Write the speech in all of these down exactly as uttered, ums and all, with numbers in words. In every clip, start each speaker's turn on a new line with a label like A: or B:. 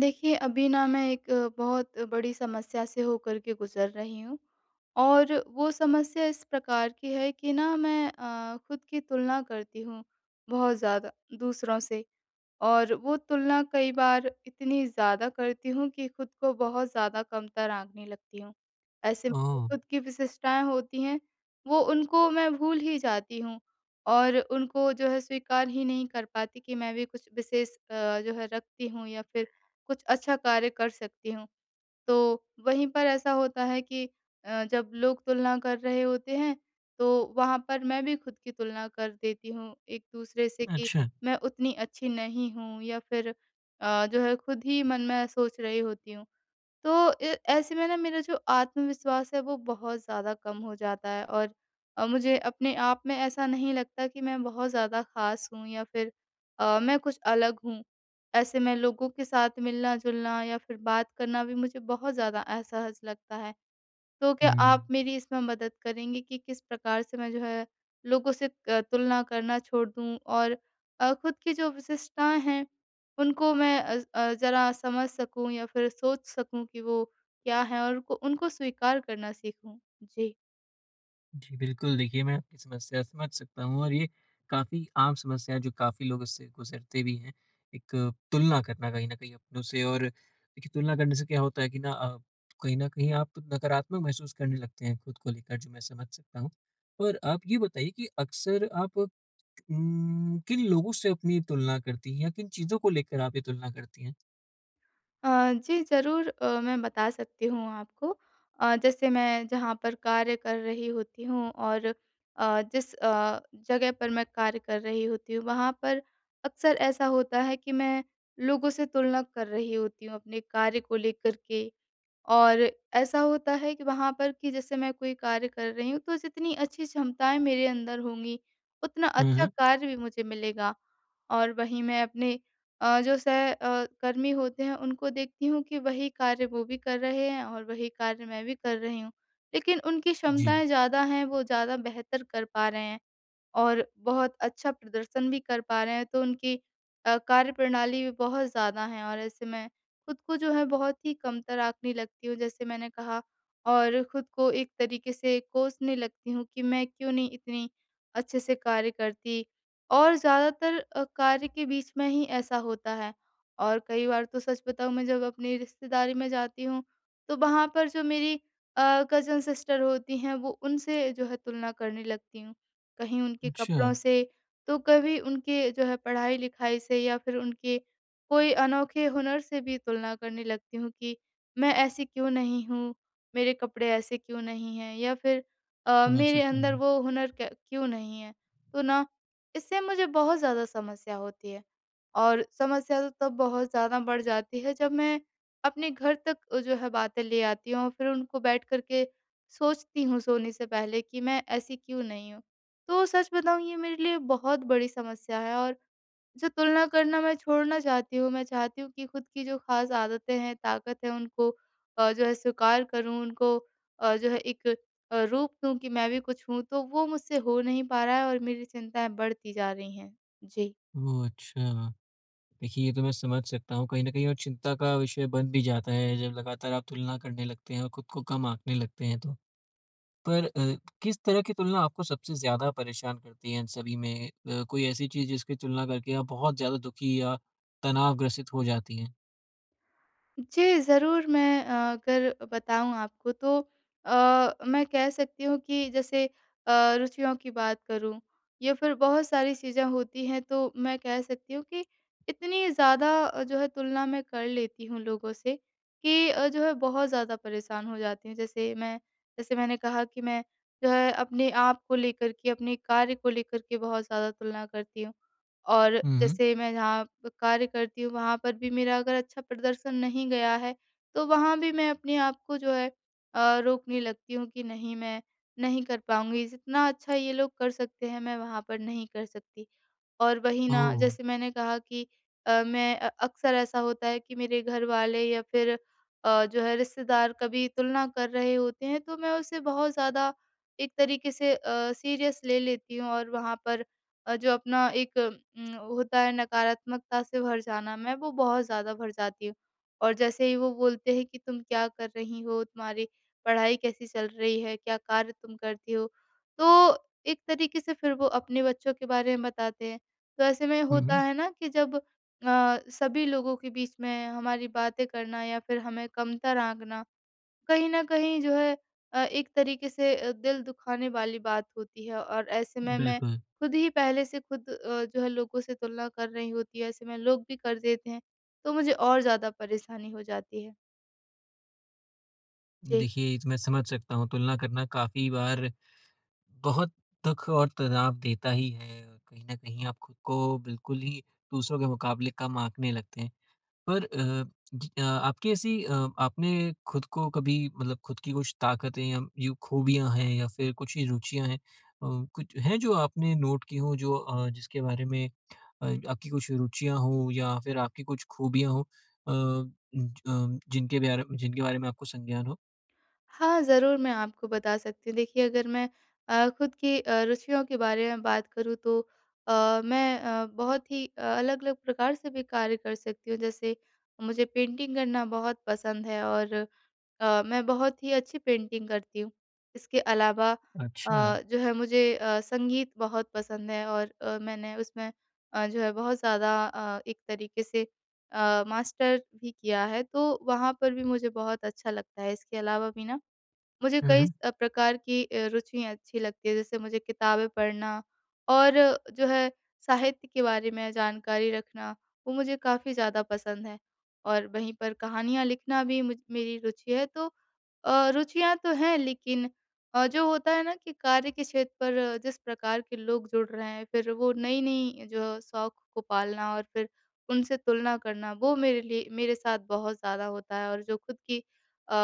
A: देखिए, अभी ना मैं एक बहुत बड़ी समस्या से होकर के गुज़र रही हूँ और वो समस्या इस प्रकार की है कि ना मैं अ, खुद की तुलना करती हूँ बहुत ज़्यादा दूसरों से। और वो तुलना कई बार इतनी ज़्यादा करती हूँ कि खुद को बहुत ज़्यादा कमतर आँकने लगती हूँ। ऐसे में जो
B: ओह!
A: खुद की विशिष्टताएँ होती हैं, वो उनको मैं भूल ही जाती हूँ और उनको जो है स्वीकार ही नहीं कर पाती कि मैं भी कुछ विशेष अ, जो है रखती हूँ या फिर कुछ अच्छा कार्य कर सकती हूँ। तो वहीं पर ऐसा होता है कि अ, जब लोग तुलना कर रहे होते हैं, तो वहाँ पर मैं भी खुद की तुलना कर देती हूँ एक-दूसरे से कि
B: अच्छा।
A: मैं उतनी अच्छी नहीं हूँ या फिर अ, जो है खुद ही मन में सोच रही होती हूँ। तो ए ऐसे में ना मेरा जो आत्मविश्वास है वो बहुत ज़्यादा कम हो जाता है और अ, मुझे अपने आप में ऐसा नहीं लगता कि मैं बहुत ज़्यादा ख़ास हूँ या फिर अ, मैं कुछ अलग हूँ। ऐसे में लोगों के साथ मिलना-जुलना या फिर बात करना भी मुझे बहुत ज़्यादा असहज लगता है। तो क्या आप
B: हुँ।
A: मेरी इसमें मदद करेंगे कि किस प्रकार से मैं जो है लोगों से अ, तुलना करना छोड़ दूँ और अ, खुद की जो विशेषताएँ हैं उनको मैं अ, अ, ज़रा समझ सकूँ या फिर सोच सकूँ कि वो क्या है और उनको उनको स्वीकार करना सीखूँ? जी।
B: जी, बिल्कुल देखिए मैं आपकी समस्या समझ सकता हूँ और ये काफ़ी आम समस्या है जो काफ़ी लोग इससे गुज़रते भी हैं। एक अ, तुलना करना कहीं न कहीं अपनों से और देखिए तुलना करने से क्या होता है कि ना अ, कहीं न कहीं आप नकारात्मक महसूस करने लगते हैं खुद को लेकर जो मैं समझ सकता हूँ। और आप ये बताइए कि अक्सर आप उम, किन लोगों से अपनी तुलना करती हैं या किन चीज़ों को लेकर आप ये तुलना करती हैं?
A: अ, जी ज़रूर, अ, मैं बता सकती हूँ आपको। अ, जैसे मैं जहाँ पर कार्य कर रही होती हूँ और अ, जिस अ, जगह पर मैं कार्य कर रही होती हूँ वहाँ पर अक्सर ऐसा होता है कि मैं लोगों से तुलना कर रही होती हूँ अपने कार्य को लेकर के। और ऐसा होता है कि वहाँ पर कि जैसे मैं कोई कार्य कर रही हूँ, तो जितनी अच्छी क्षमताएँ मेरे अंदर होंगी, उतना
B: हुँ,
A: अच्छा
B: हुँ।
A: कार्य भी मुझे मिलेगा। और वहीं मैं अपने अ, जो सह अ, कर्मी होते हैं, उनको देखती हूँ कि वही कार्य वो भी कर रहे हैं और वही कार्य मैं भी कर रही हूँ। लेकिन उनकी
B: जी।
A: क्षमताएँ ज़्यादा हैं, वो ज़्यादा बेहतर कर पा रहे हैं। और बहुत अच्छा प्रदर्शन भी कर पा रहे हैं, तो उनकी अ, कार्यप्रणाली भी बहुत ज़्यादा है और ऐसे में खुद को जो है बहुत ही कमतर आँकने लगती हूँ, जैसे मैंने कहा, और खुद को एक तरीके से कोसने लगती हूँ कि मैं क्यों नहीं इतनी अच्छे से कार्य करती, और ज़्यादातर अ, कार्य के बीच में ही ऐसा होता है। और कई बार तो सच बताऊँ, मैं जब अपनी रिश्तेदारी में जाती हूँ, तो वहाँ पर जो मेरी अ, कज़न सिस्टर होती हैं, वो उनसे जो है तुलना करने लगती हूँ। कहीं उनके
B: अच्छा,
A: कपड़ों से, तो कभी उनके जो है पढ़ाई-लिखाई से या फिर उनके कोई अनोखे हुनर से भी तुलना करने लगती हूँ कि मैं ऐसी क्यों नहीं हूँ, मेरे कपड़े ऐसे क्यों नहीं हैं या फिर अ,
B: समझ
A: मेरे
B: सकता
A: अंदर
B: हूँ।
A: वो हुनर क क्यों नहीं है। तो ना, इससे मुझे बहुत ज़्यादा समस्या होती है और समस्या तो तब बहुत ज़्यादा बढ़ जाती है जब मैं अपने घर तक जो है बातें ले आती हूँ और फिर उनको बैठ कर के सोचती हूँ सोने से पहले कि मैं ऐसी क्यों नहीं हूँ। तो सच बताऊँ, ये मेरे लिए बहुत बड़ी समस्या है और जो तुलना करना मैं छोड़ना चाहती हूँ, मैं चाहती हूँ कि खुद की जो ख़ास आदतें हैं, ताकत है, उनको अ, जो है स्वीकार करूँ, उनको अ, जो है एक अ, रूप दूँ कि मैं भी कुछ हूँ, तो वो मुझसे हो नहीं पा रहा है और मेरी चिंताएँ बढ़ती जा रही हैं। जी।
B: ओह! अच्छा। देखिए, ये तो मैं समझ सकता हूँ कहीं न कहीं और चिंता का विषय बन भी जाता है, जब लगातार आप तुलना करने लगते हैं और खुद को कम आँकने लगते हैं तो। पर अ, किस तरह की तुलना आपको सबसे ज़्यादा परेशान करती है इन सभी में? अ, कोई ऐसी चीज़ जिसकी तुलना करके आप बहुत ज़्यादा दुखी या तनावग्रसित हो जाती हैं?
A: जी, ज़रूर, मैं अ, अगर बताऊँ आपको तो अ, मैं कह सकती हूँ कि जैसे अ, रुचियों की बात करूँ या फिर बहुत सारी चीज़ें होती हैं, तो मैं कह सकती हूँ कि इतनी ज़्यादा अ, जो है तुलना मैं कर लेती हूँ लोगों से कि अ, जो है बहुत ज़्यादा परेशान हो जाती हूँ। जैसे मैं जैसे मैंने कहा कि मैं जो है अपने आप को लेकर के, अपने कार्य को लेकर के बहुत ज़्यादा तुलना करती हूँ। और
B: हुँ, हुँ।
A: जैसे मैं जहाँ प कार्य करती हूँ वहाँ पर भी मेरा अगर अच्छा प्रदर्शन नहीं गया है, तो वहाँ भी मैं अपने आप को जो है अ, रोकने लगती हूँ कि नहीं मैं नहीं कर पाऊँगी, जितना अच्छा ये लोग कर सकते हैं मैं वहाँ पर नहीं कर सकती। और वही ना,
B: ओह!
A: जैसे मैंने कहा कि अ, मैं, अ, अक्सर ऐसा होता है कि मेरे घर वाले या फिर अ, जो है रिश्तेदार कभी तुलना कर रहे होते हैं, तो मैं उसे बहुत ज़्यादा एक तरीके से सीरियस ले लेती हूँ और वहाँ पर अ, जो अपना एक, अम, होता है नकारात्मकता से भर जाना, मैं वो बहुत ज़्यादा भर जाती हूँ और जैसे ही वो बोलते हैं कि तुम क्या कर रही हो, तुम्हारी पढ़ाई कैसी चल रही है, क्या कार्य तुम करती हो, तो एक तरीके से फिर वो अपने बच्चों के बारे में बताते हैं, तो ऐसे में
B: हुँ,
A: होता
B: हुँ।
A: है ना कि जब अ, सभी लोगों के बीच में हमारी बातें करना या फिर हमें कमतर आंकना, कहीं न कहीं जो है अ, एक तरीके से अ, दिल दुखाने वाली बात होती है और ऐसे में मैं
B: बिल्कुल।
A: खुद ही पहले से खुद अ, जो है लोगों से तुलना कर रही होती है, ऐसे में लोग भी कर देते हैं, तो मुझे और ज़्यादा परेशानी हो जाती है। जी।
B: देखिए, ये तो मैं समझ सकता हूँ तुलना करना काफ़ी बार बहुत दुख और तनाव देता ही है। कहीं न कहीं आप खुद को बिल्कुल ही दूसरों के मुकाबले कम आँकने लगते हैं। पर अ, ज अ, आपकी ऐसी अ, आपने खुद को कभी मतलब खुद की कुछ ताकतें या यूँ खूबियाँ हैं या फिर कुछ ही रुचियाँ हैं अ, कुछ हैं जो आपने नोट की हों जो अ, जिसके बारे में अ, आपकी कुछ रुचियाँ हों या फिर आपकी कुछ खूबियाँ हों अ, ज अ, जिनके ब्यारे जिनके बारे में आपको संज्ञान हो?
A: हाँ, ज़रूर, मैं आपको बता सकती हूँ। देखिए, अगर मैं अ, खुद की अ, रुचियों के बारे में बात करूँ तो अ, मैं अ, बहुत ही अ, अलग-अलग प्रकार से भी कार्य कर सकती हूँ। जैसे, मुझे पेंटिंग करना बहुत पसंद है और अ, मैं बहुत ही अच्छी पेंटिंग करती हूँ। इसके अलावा अ,
B: अच्छा।
A: जो है मुझे अ, संगीत बहुत पसंद है और अ, मैंने उसमें अ, जो है बहुत ज़्यादा, अ, एक तरीके से अ, मास्टर भी किया है, तो वहाँ पर भी मुझे बहुत अच्छा लगता है। इसके अलावा भी ना, मुझे
B: हुँ,
A: कई
B: हुँ।
A: अ, प्रकार की अ, रुचियाँ अच्छी लगती हैं, जैसे मुझे किताबें पढ़ना और जो है साहित्य के बारे में जानकारी रखना, वो मुझे काफ़ी ज़्यादा पसंद है। और वहीं पर कहानियाँ लिखना भी मुझ मेरी रुचि है, तो अ, रुचियाँ तो हैं, लेकिन अ, जो होता है ना कि कार्य के क्षेत्र पर जिस प्रकार के लोग जुड़ रहे हैं, फिर वो नई-नई जो शौक को पालना और फिर उनसे तुलना करना, वो मेरे लिए, मेरे साथ बहुत ज़्यादा होता है और जो खुद की अ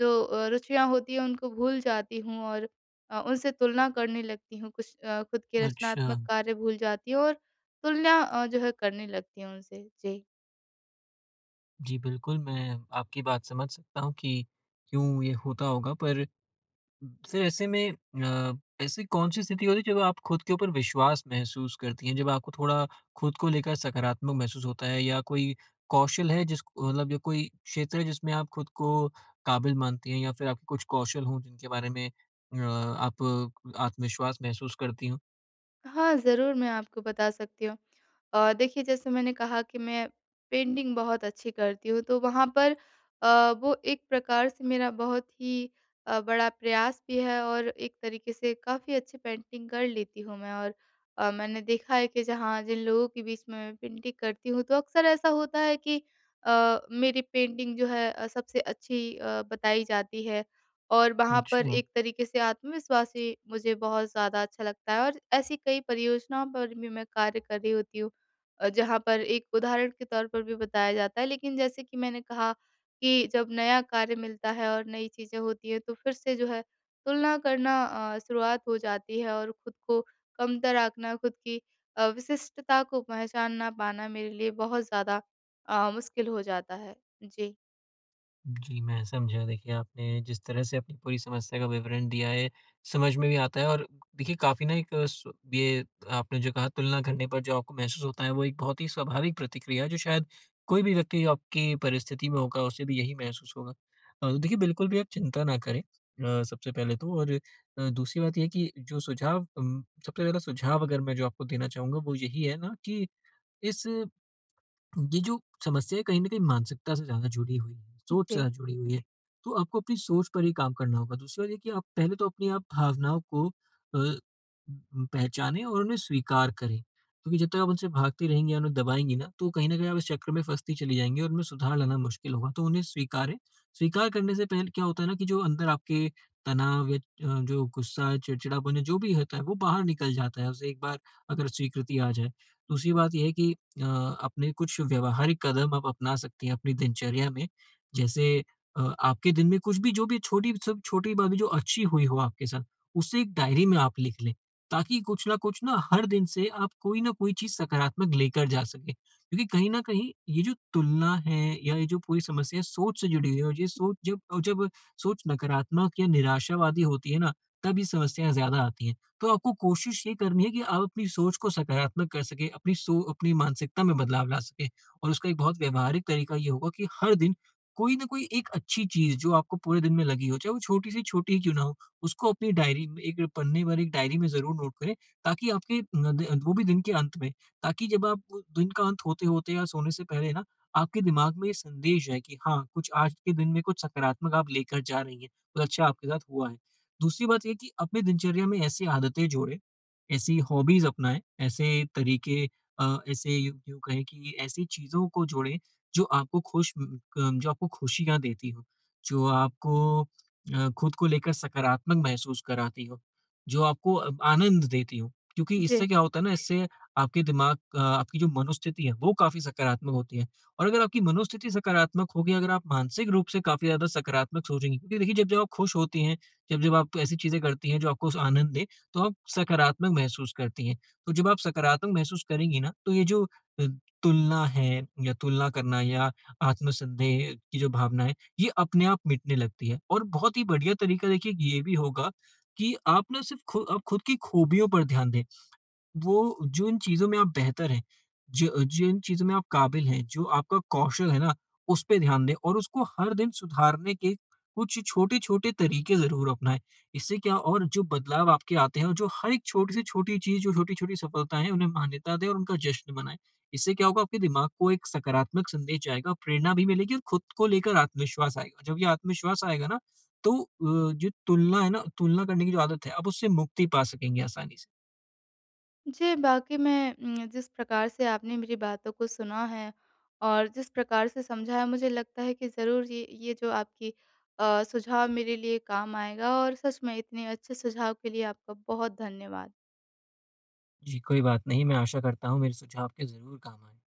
A: जो अ, रुचियाँ होती हैं उनको भूल जाती हूँ और अ, उनसे तुलना करने लगती हूँ, कुछ अ, खुद के
B: अच्छा।
A: रचनात्मक कार्य भूल जाती हूँ और तुलना अ, जो है करने लगती हूँ उनसे। जी।
B: जी, बिल्कुल मैं आपकी बात समझ सकता हूँ कि क्यों ये होता होगा पर फिर ऐसे में अ, ऐसी कौन-सी स्थिति होती है जब आप खुद के ऊपर विश्वास महसूस करती हैं? जब आपको थोड़ा खुद को लेकर सकारात्मक महसूस होता है या कोई कौशल है जिसको मतलब या कोई क्षेत्र है जिसमें आप खुद को काबिल मानती हैं या फिर आपके कुछ कौशल हों जिनके बारे में अ, आप आत्मविश्वास महसूस करती हों?
A: हाँ, ज़रूर, मैं आपको बता सकती हूँ। अ, देखिए, जैसे मैंने कहा कि मैं पेंटिंग बहुत अच्छी करती हूँ, तो वहाँ पर अ, वो एक प्रकार से मेरा बहुत ही अ, बड़ा प्रयास भी है और एक तरीके से काफ़ी अच्छी पेंटिंग कर लेती हूँ मैं, और अ, मैंने देखा है कि जहाँ जिन लोगों के बीच में मैं पेंटिंग करती हूँ तो अक्सर ऐसा होता है कि अ, मेरी पेंटिंग जो है अ, सबसे अच्छी अ, बताई जाती है और वहाँ पर
B: अच्छा।
A: एक तरीके से आत्मविश्वास भी मुझे बहुत ज़्यादा अच्छा लगता है और ऐसी कई परियोजनाओं पर भी मैं कार्य कर रही होती हूँ अ, जहाँ पर एक उदाहरण के तौर पर भी बताया जाता है। लेकिन जैसे कि मैंने कहा कि जब नया कार्य मिलता है और नई चीज़ें होती हैं, तो फिर से जो है तुलना करना अ, शुरुआत हो जाती है और खुद को कमतर आँकना, खुद की अ, विशिष्टता को पहचान ना पाना मेरे लिए बहुत ज़्यादा अ, मुश्किल हो जाता है। जी।
B: जी, मैं समझा। देखिए, आपने जिस तरह से अपनी पूरी समस्या का विवरण दिया है, समझ में भी आता है और देखिए काफ़ी ना एक स ये आपने जो कहा तुलना करने पर जो आपको महसूस होता है, वो एक बहुत ही स्वाभाविक प्रतिक्रिया है जो शायद कोई भी व्यक्ति आपकी परिस्थिति में होगा, उसे भी यही महसूस होगा। अ, तो देखिए बिल्कुल भी आप चिंता ना करें अ, सबसे पहले तो और अ, दूसरी बात ये है कि जो सुझाव उम, सबसे पहला सुझाव अगर मैं जो आपको देना चाहूँगा वो यही है ना कि इस ये जो समस्या है कहीं न कहीं मानसिकता से ज़्यादा जुड़ी हुई है, सोच से
A: जी।
B: ज़्यादा जुड़ी हुई है। तो आपको अपनी सोच पर ही काम करना होगा। दूसरी बात ये कि आप पहले तो अपनी आप भावनाओं को अ, उम, पहचानें और उन्हें स्वीकार करें। क्योंकि जब तक आप उनसे भागती रहेंगी या उन्हें दबाएँगी ना, तो कहीं न कहीं आप इस चक्र में फँसती चली जाएँगी और उनमें सुधार लाना मुश्किल होगा। तो उन्हें स्वीकारें, स्वीकार करने से पहले क्या होता है ना कि जो अंदर आपके तनाव या अ, जो गुस्सा, चिड़चिड़ापन या जो भी होता है, वो बाहर निकल जाता है, उसे एक बार अगर स्वीकृति आ जाए। दूसरी बात ये है कि अ, अपने कुछ व्यावहारिक कदम आप अपना सकती हैं अपनी दिनचर्या में। जैसे अ, आपके दिन में कुछ भी जो भी छोटी सब छोटी बात भी जो अच्छी हुई हो आपके साथ, उसे एक डायरी में आप लिख लें। ताकि कुछ न कुछ ना हर दिन से आप कोई न कोई चीज़ सकारात्मक लेकर जा सकें। क्योंकि कहीं न कहीं ये जो तुलना है या ये जो पूरी समस्या है सोच से जुड़ी हुई है और ये सोच जब जब सोच नकारात्मक या निराशावादी होती है ना, तब ये समस्याएँ ज़्यादा आती हैं। तो आपको कोशिश ये करनी है कि आप अपनी सोच को सकारात्मक कर सकें, अपनी सो अपनी मानसिकता में बदलाव ला सकें और उसका एक बहुत व्यावहारिक तरीका ये होगा कि हर दिन कोई ना कोई एक अच्छी चीज़ जो आपको पूरे दिन में लगी हो, चाहे वो छोटी से छोटी ही क्यों ना हो, उसको अपनी डायरी में एक पन्ने पर एक डायरी में ज़रूर नोट करें ताकि आपके न द वो भी दिन के अंत में, ताकि जब आप वो दिन का अंत होते-होते या सोने से पहले ना, आपके दिमाग में ये संदेश जाए कि हाँ, कुछ आज के दिन में कुछ सकारात्मक आप लेकर जा रही हैं, कुछ अच्छा आपके साथ हुआ है। दूसरी बात ये कि अपनी दिनचर्या में ऐसी आदतें जोड़ें, ऐसी हॉबीज़ अपनाएँ, ऐसे तरीके अ, ऐसे यूँ यूँ कहें कि ऐसी चीज़ों को जोड़ें जो आपको खुश उम, क जो आपको खुशियाँ देती हो, जो आपको अ, खुद को लेकर सकारात्मक महसूस कराती हो, जो आपको अ, आनंद देती हो। क्योंकि
A: जी।
B: इससे क्या होता है ना, इससे आपके दिमाग अ, आपकी जो मनोस्थिति है, वो काफ़ी सकारात्मक होती है और अगर आपकी मनोस्थिति सकारात्मक होगी, अगर आप मानसिक रूप से काफ़ी ज़्यादा सकारात्मक सोचेंगी क्योंकि देखिए, जब जब आप खुश होती हैं जब जब आप ऐसी चीज़ें करती हैं जो आपको उस आनंद दें, तो आप सकारात्मक महसूस करती हैं। तो जब आप सकारात्मक महसूस करेंगी ना, तो ये जो अ, तुलना है या तुलना करना या आत्मसन्देह की जो भावना है, ये अपने आप मिटने लगती है। और बहुत ही बढ़िया तरीका देखिए ये भी होगा कि आप ना सिर्फ़ खु आप खुद की खूबियों पर ध्यान दें। वो जिन चीज़ों में आप बेहतर हैं, जो जिन चीज़ों में आप काबिल हैं, जो आपका कौशल है ना, उस पे ध्यान दें और उसको हर दिन सुधारने के कुछ छोटे-छोटे तरीके ज़रूर अपनाएँ। इससे क्या और जो बदलाव आपके आते हैं और जो हर एक छोटी से छोटी चीज़, जो छोटी-छोटी सफलताएँ हैं, उन्हें मान्यता दें और उनका जश्न मनाएँ। इससे क्या होगा, आपके दिमाग को एक सकारात्मक संदेश जाएगा, प्रेरणा भी मिलेगी और खुद को लेकर आत्मविश्वास आएगा। जब ये आत्मविश्वास आएगा ना, तो अ, जो तुलना है ना, तुलना करने की जो आदत है, आप उससे मुक्ति पा सकेंगे आसानी से।
A: जी, वाक़ई में, उम, जिस प्रकार से आपने मेरी बातों को सुना है और जिस प्रकार से समझा है, मुझे लगता है कि ज़रूर ये ये जो आपकी अ, सुझाव मेरे लिए काम आएगा, और सच में इतने अच्छे सुझाव के लिए आपका बहुत धन्यवाद।
B: जी, कोई बात नहीं। मैं आशा करता हूँ मेरे सुझाव आपके ज़रूर काम आएँ।